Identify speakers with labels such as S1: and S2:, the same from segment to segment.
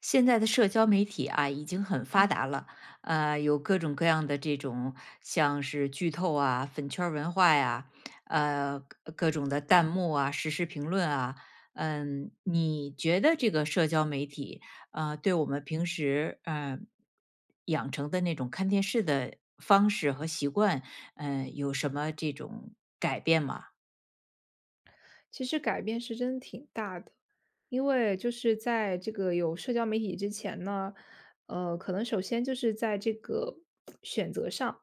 S1: 现在的社交媒体啊，已经很发达了，有各种各样的这种像是剧透啊、粉圈儿文化呀、呃，各种的弹幕啊、实时评论啊，嗯，你觉得这个社交媒体啊，对我们平时养成的那种看电视的方式和习惯，有什么这种改变吗？
S2: 其实改变是真的挺大的，因为就是在这个有社交媒体之前呢，可能首先就是在这个选择上，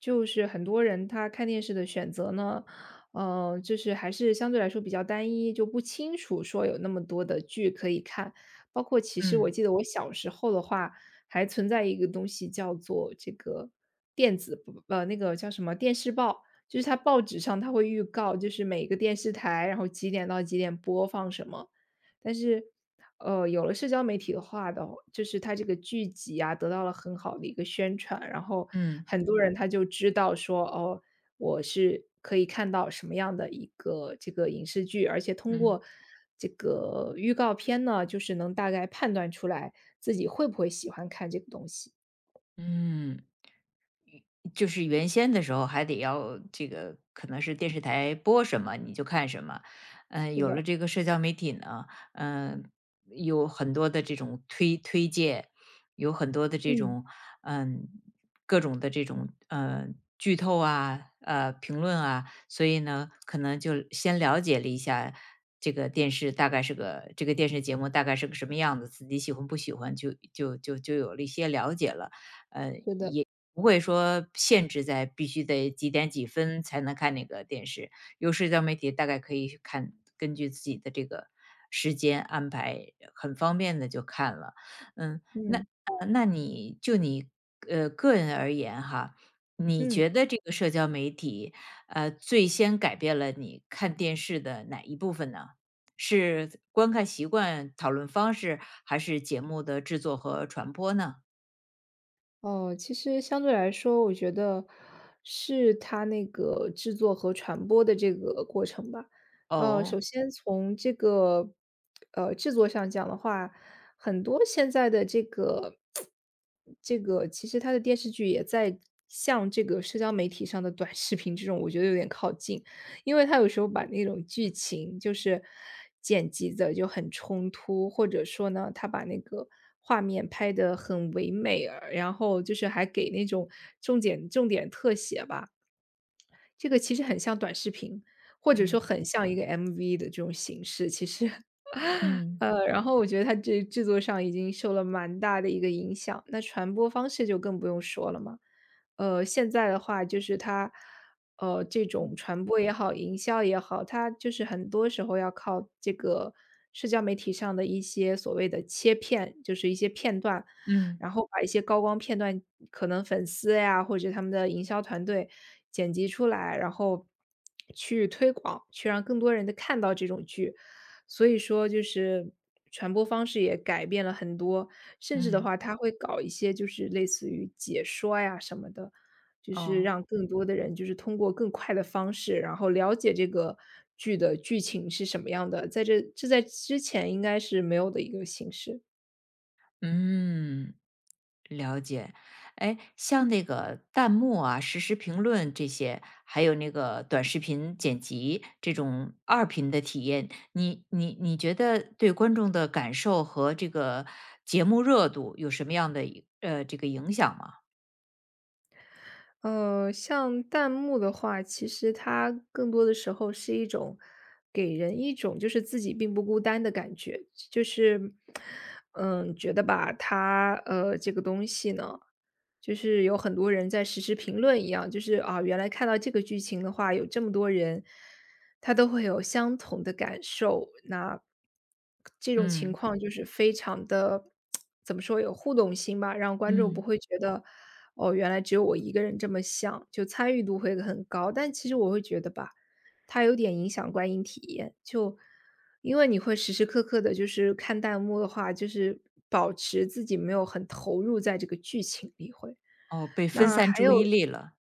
S2: 就是很多人他看电视的选择呢，就是还是相对来说比较单一，就不清楚说有那么多的剧可以看。包括其实我
S1: 嗯
S2: 记得我小时候的话，还存在一个东西叫做这个电子那个叫什么电视报，就是它报纸上它会预告，就是每个电视台，然后几点到几点播放什么。但是，有了社交媒体的话的就是它这个剧集啊，得到了很好的一个宣传，然后
S1: 嗯
S2: 很多人他就知道说，哦，我是可以看到什么样的一个这个影视剧，而且通
S1: 嗯
S2: 过这个预告片呢，就是能大概判断出来自己会不会喜欢看这个东西。
S1: 嗯。就是原先的时候还得要这个可能是电视台播什么你就看什么，嗯，
S2: 是
S1: 有了
S2: 的，
S1: 这个社交媒体呢，嗯，有很多的这种推荐，有很多的这
S2: 嗯，
S1: 种嗯，各种的这种剧透啊，呃评论啊，所以呢，可能就先了解了一下这个电视大概是个这个电视节目大概是个什么样子，自己喜欢不喜欢，就有了一些了解了。呃，
S2: 是的，
S1: 也不会说限制在必须得几点几分才能看那个电视，有社交媒体大概可以看，根据自己的这个时间安排，很方便的就看了。嗯，
S2: 嗯，
S1: 呃那你就你，呃，个人而言哈，你
S2: 嗯。
S1: 觉得这个社交媒体，呃，最先改变了你看电视的哪一部分呢？是观看习惯、讨论方式，还是节目的制作和传播呢？
S2: 哦，其实相对来说，我觉得是它那个制作和传播的这个过程吧。
S1: 哦，
S2: 首先从这个制作上讲的话，很多现在的这个 这个，其实它的电视剧也在向这个社交媒体上的短视频这种，我觉得有点靠近。因为他有时候把那种剧情就是剪辑的就很冲突，或者说呢，他把那个画面拍得很唯美，然后就是还给那种重点特写吧。这个其实很像短视频，或者说
S1: 嗯。
S2: 很像一个 MV 的这种形式，其实。
S1: 嗯。
S2: 然后我觉得它这制作上已经受了蛮大的一个影响，那传播方式就更不用说了嘛。现在的话就是它，这种传播也好，营销也好，它就是很多时候要靠这个社交媒体上的一些所谓的切片，就是一些片段，
S1: 嗯
S2: 然后把一些高光片段，可能粉丝呀，或者他们的营销团队剪辑出来，然后去推广，去让更多人的看到这种剧。所以说就是传播方式也改变了很多，甚至的
S1: 嗯，
S2: 话，他会搞一些就是类似于解说呀什么的，就是
S1: 哦，
S2: 让更多的人就是通过更快的方式，然后了解这个剧的剧情是什么样的，在这在之前应该是没有的一个形式。
S1: 嗯，了解。哎，像那个弹幕啊、实时评论这些，还有那个短视频剪辑这种二频的体验，你觉得对观众的感受和这个节目热度有什么样的这个影响吗？
S2: 像弹幕的话，其实它更多的时候是一种给人一种就是自己并不孤单的感觉，就是觉得吧，它这个东西呢，就是有很多人在实时评论一样，就是啊，原来看到这个剧情的话，有这么多人，他都会有相同的感受，那。这种情
S1: 嗯
S2: 况就是非常的怎么说，有互动性吧，让观众不
S1: 嗯，
S2: 会觉得，哦，原来只有我一个人这么想，就参与度会很高。但其实我会觉得吧，它有点影响观影体验，就因为你会时时刻刻的就是看弹幕的话，就是保持自己没有很投入在这个剧情里会。嗯。
S1: 哦，被分
S2: 那
S1: 散
S2: 还
S1: 注
S2: 有
S1: 意力了。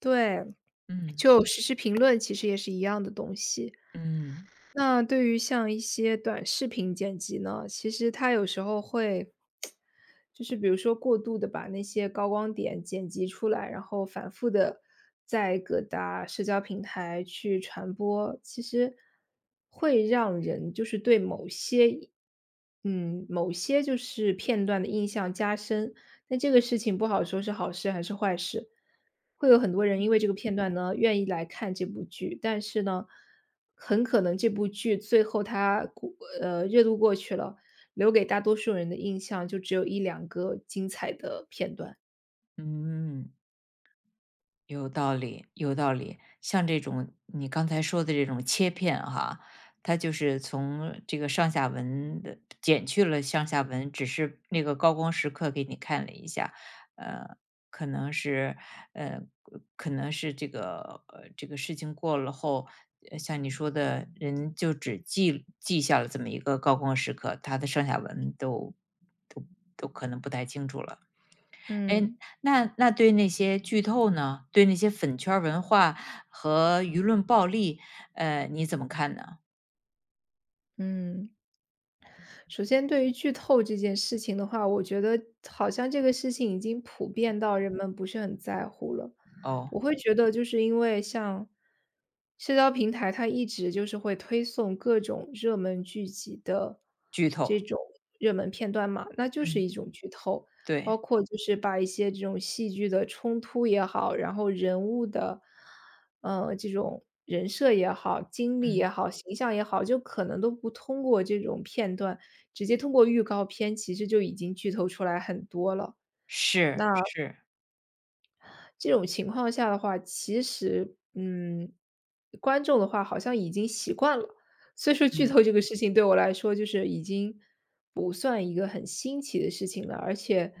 S2: 对，
S1: 嗯
S2: 就实时评论其实也是一样的东西。
S1: 嗯
S2: 那对于像一些短视频剪辑呢，其实它有时候会，就是比如说过度的把那些高光点剪辑出来，然后反复的在各大社交平台去传播，其实会让人就是对某些，某些就是片段的印象加深，但这个事情不好说是好事还是坏事，会有很多人因为这个片段呢，愿意来看这部剧，但是呢，很可能这部剧最后它过热度过去了，留给大多数人的印象就只有一两个精彩的片段。
S1: 嗯。有道理，有道理。像这种你刚才说的这种切片哈，它就是从这个上下文的减去了上下文，只是那个高光时刻给你看了一下，呃，可能是呃，可能是这个这个事情过了后，呃像你说的人就只记下了这么一个高光时刻，他的上下文都都可能不太清楚了。哎，
S2: 嗯，
S1: 那对那些剧透呢？对那些粉圈儿文化和舆论暴力，呃，你怎么看呢？
S2: 嗯。首先对于剧透这件事情的话，我觉得好像这个事情已经普遍到人们不是很在乎了。
S1: 哦，
S2: 我会觉得就是因为像社交平台，它一直就是会推送各种热门剧集的
S1: 剧透，
S2: 这种热门片段嘛，那就是
S1: 嗯，
S2: 一种剧透。包
S1: 对，
S2: 括就是把一些这种戏剧的冲突也好，然后人物的，这种人设也好、经历
S1: 嗯，
S2: 也好、形象也好，就可能都不通过这种片段。直接通过预告片其实就已经剧透出来很多了。那
S1: 是是，
S2: 这种情况下的话，其实，观众的话好像已经习惯了，所以说剧
S1: 嗯，
S2: 透这个事情对我来说就是已经不算一个很新奇的事情了，而且，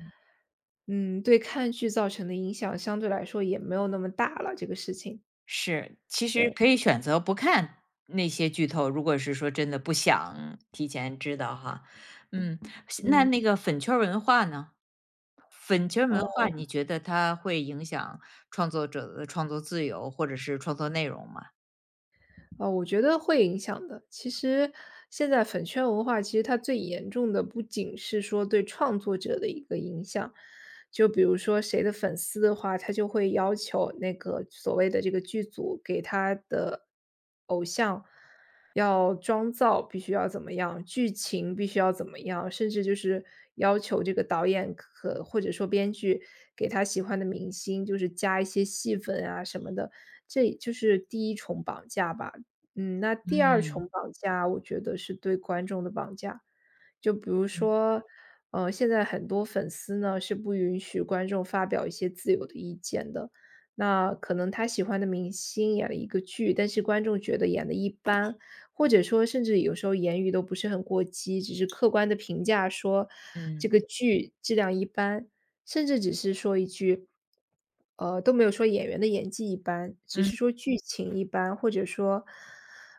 S2: 对看剧造成的影响相对来说也没有那么大了，这个事情。
S1: 是，其实
S2: 对，
S1: 可以选择不看那些剧透，如果是说真的不想提前知道哈。嗯，是那
S2: 嗯，
S1: 那个粉圈儿文化呢？粉圈儿文
S2: 哦。
S1: 化你觉得它会影响创作者的创作自由，或者是创作内容吗？
S2: 我觉得会影响的。其实现在粉圈文化，其实它最严重的不仅是说对创作者的一个影响，就比如说谁的粉丝的话，他就会要求那个所谓的这个剧组给他的偶像要妆造必须要怎么样，剧情必须要怎么样，甚至就是要求这个导演可或者说编剧给他喜欢的明星，就是加一些戏份啊什么的。这就是第一重绑架吧。嗯，那第二重绑架，我觉得是对观众的绑架。就比如
S1: 嗯
S2: 说，现在很多粉丝呢，是不允许观众发表一些自由的意见的。那可能他喜欢的明星演了一个剧，但是观众觉得演的一般，或者说甚至有时候言语都不是很过激，只是客观的评价说这
S1: 嗯
S2: 个剧质量一般。甚至只是说一句，都没有说演员的演技一般，只
S1: 嗯。
S2: 是说剧情一般，或者说，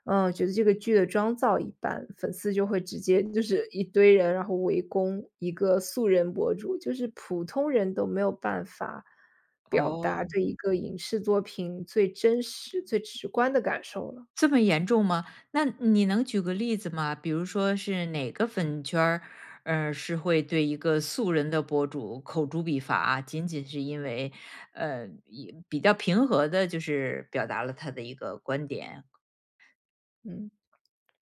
S2: 觉得这个剧的妆造一般，粉丝就会直接就是一堆人，然后围攻一个素人博主，就是普通人都没有办法表达
S1: 哦，
S2: 对一个影视作品最真实、最直观的感受了，
S1: 这么严重吗？那你能举个例子吗？比如说是哪个粉圈儿，呃，是会对一个素人的博主口诛笔伐啊，仅仅是因为，呃，也比较平和的，就是表达了他的一个观点。
S2: 嗯。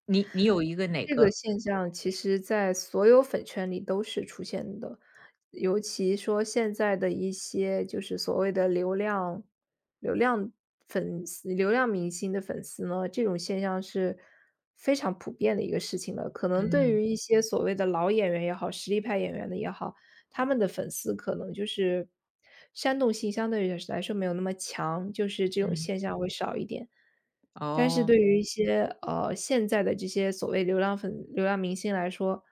S1: 你你有一个哪
S2: 这个
S1: 个
S2: 现象其实在所有粉圈里都是出现的，尤其说现在的一些就是所谓的流量粉丝流量明星的粉丝呢，这种现象是非常普遍的一个事情了。可能对
S1: 嗯，
S2: 于一些所谓的老演员也好，实力派演员的也好，他们的粉丝可能就是煽动性相对于来说没有那么强，就是这种
S1: 嗯，
S2: 现象会少一点。但是
S1: 哦，
S2: 对于一些现在的这些所谓流量粉、流量明星来说，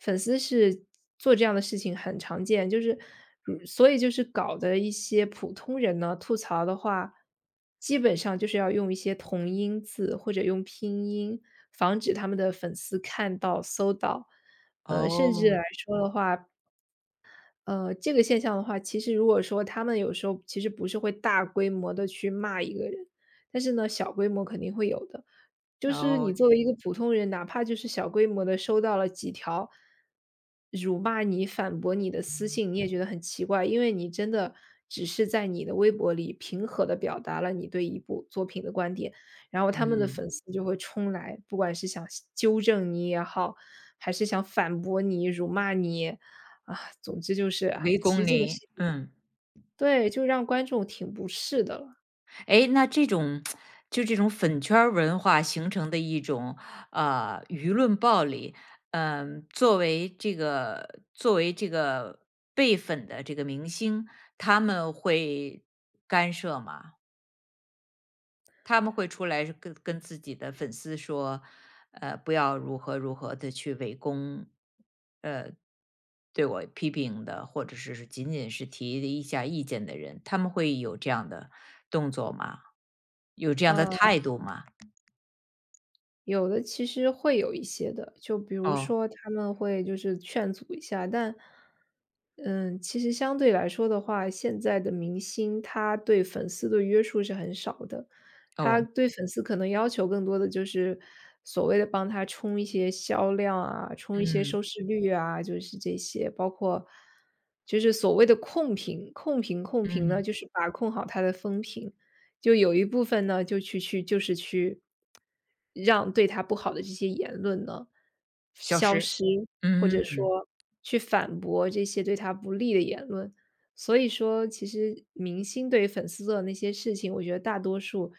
S2: 粉丝是做这样的事情很常见，就是如所以就是搞的一些普通人呢吐槽的话，基本上就是要用一些同音字或者用拼音，防止他们的粉丝看到、搜到。甚至
S1: 哦，
S2: 来说的话，这个现象的话，其实如果说他们有时候其实不是会大规模的去骂一个人，但是呢，小规模肯定会有的。就是你
S1: 哦，
S2: 作为一个普通人，哪怕就是小规模的收到了几条辱骂你、反驳你的私信，你也觉得很奇怪，因为你真的只是在你的微博里平和的表达了你对一部作品的观点，然后他们的
S1: 嗯，
S2: 粉丝就会冲来，不管是想纠正你也好，还是想反驳你、辱骂你，啊，总之就是，哎，
S1: 围
S2: 其实
S1: 攻
S2: 这个事
S1: 你，
S2: 情
S1: 嗯。
S2: 对，就让观众挺不适的了，
S1: 哎，那这种就这种粉圈儿文化形成的一种，呃，舆论暴力，嗯，作为这个被粉的这个明星，他们会干涉吗？他们会出来是跟自己的粉丝说，呃，不要如何如何的去围攻，呃，对我批评的，或者是仅仅是提一下意见的人，他们会有这样的动作吗？有这样的
S2: 啊。
S1: 态度吗？
S2: 有的其实会有一些的，就比如
S1: 哦，
S2: 说他们会就是劝阻一下，但，嗯，其实相对来说的话，现在的明星他对粉丝的约束是很少的，他
S1: 哦，
S2: 对粉丝可能要求更多的就是所谓的帮他冲一些销量啊，冲一些
S1: 嗯，
S2: 收视率啊，就是这些，包括就是所谓的控评，控评呢，
S1: 嗯，
S2: 就是把控好他的风评。就有一部分呢，就去就是去让对他不好的这些言论呢，
S1: 消
S2: 消
S1: 失，
S2: 失，或
S1: 嗯，
S2: 者说去反驳这些对他不利的言论。所以说，其实明星对于粉丝做的那些事情，我觉得大多数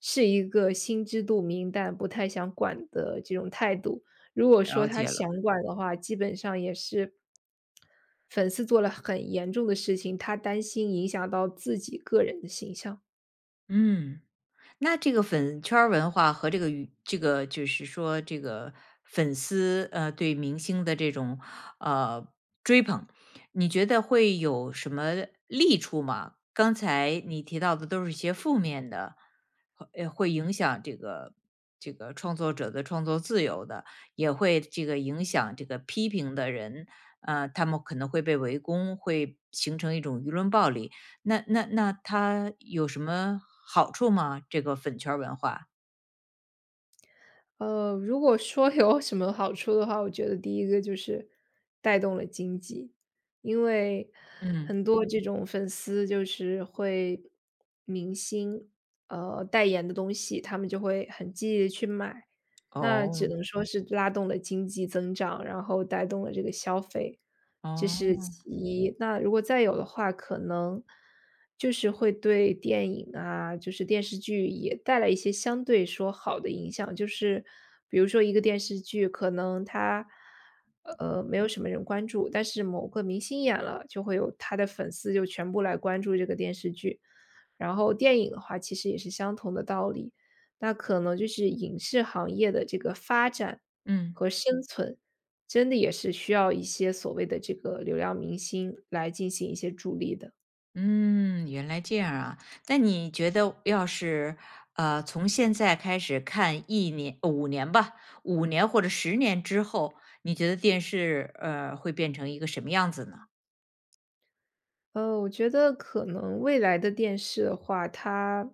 S2: 是一个心知肚明，但不太想管的这种态度。如果说
S1: 了
S2: 他
S1: 解
S2: 想
S1: 了，
S2: 管的话，基本上也是粉丝做了很严重的事情，他担心影响到自己个人的形象。
S1: 嗯。那这个粉圈儿文化和这个这个就是说这个粉丝，呃，对明星的这种，呃，追捧，你觉得会有什么利处吗？刚才你提到的都是一些负面的，呃，会影响这个创作者的创作自由的，也会这个影响这个批评的人，呃，他们可能会被围攻，会形成一种舆论暴力。那它有什么好处吗？这个粉圈儿文化？
S2: 如果说有什么好处的话，我觉得第一个就是带动了经济，因为
S1: 嗯。
S2: 很多这种粉丝就是会明星，代言的东西，他们就会很积极的去买，那只
S1: 哦，
S2: 能说是拉动了经济增长，然后带动了这个消费。这是
S1: 哦，
S2: 其一。那如果再有的话，可能就是会对电影啊，就是电视剧也带来一些相对说好的影响。就是比如说一个电视剧，可能它没有什么人关注，但是某个明星演了，就会有他的粉丝就全部来关注这个电视剧。然后电影的话，其实也是相同的道理。那可能就是影视行业的这个发展
S1: 嗯。
S2: 和生存真的也是需要一些所谓的这个流量明星来进行一些助力的。
S1: 嗯，原来这样啊。那你觉得要是，呃，从现在开始看一年呃五年吧五年或者十年之后，你觉得电视，呃，会变成一个什么样子呢？
S2: 我觉得可能未来的电视的话，它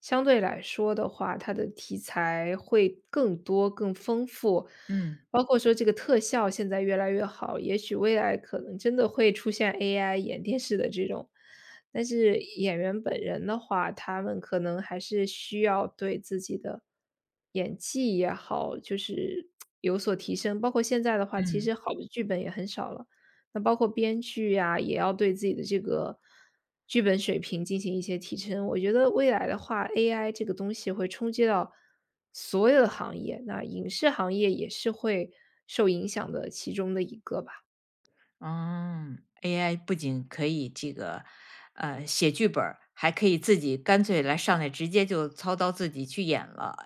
S2: 相对来说的话，它的题材会更多、更丰富，
S1: 嗯，
S2: 包括说这个特效现在越来越好，也许未来可能真的会出现 AI 演电视的这种。但是演员本人的话，他们可能还是需要对自己的演技也好，就是有所提升。包括现在的话，其
S1: 嗯。
S2: 实好的剧本也很少了。那包括编剧呀，也要对自己的这个剧本水平进行一些提升。我觉得未来的话，AI 这个东西会冲击到所有的行业，那影视行业也是会受影响的其中的一个吧。
S1: 嗯，AI 不仅可以这个，呃，写剧本儿还可以自己干脆来上来直接就操刀自己去演了。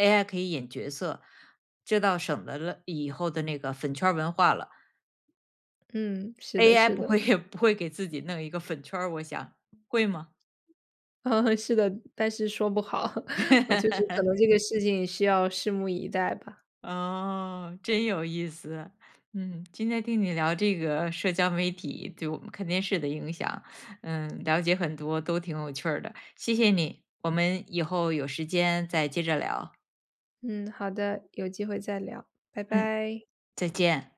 S1: AI 可以演角色，这倒省得了以后的那个粉圈儿文化了。
S2: 嗯，是的
S1: AI
S2: 是
S1: 不
S2: 的，
S1: 会 也不会给自己弄一个粉圈儿我想会吗？
S2: 嗯，是的，但是说不好，我就是 可能这个事情需要拭目以待吧。
S1: 哦，真有意思。嗯，今天听你聊这个社交媒体对我们看电视的影响，嗯，了解很多，都挺有趣儿的。谢谢你，我们以后有时间再接着聊。
S2: 嗯，好的，有机会再聊，拜
S1: 嗯，
S2: 拜。
S1: 再见。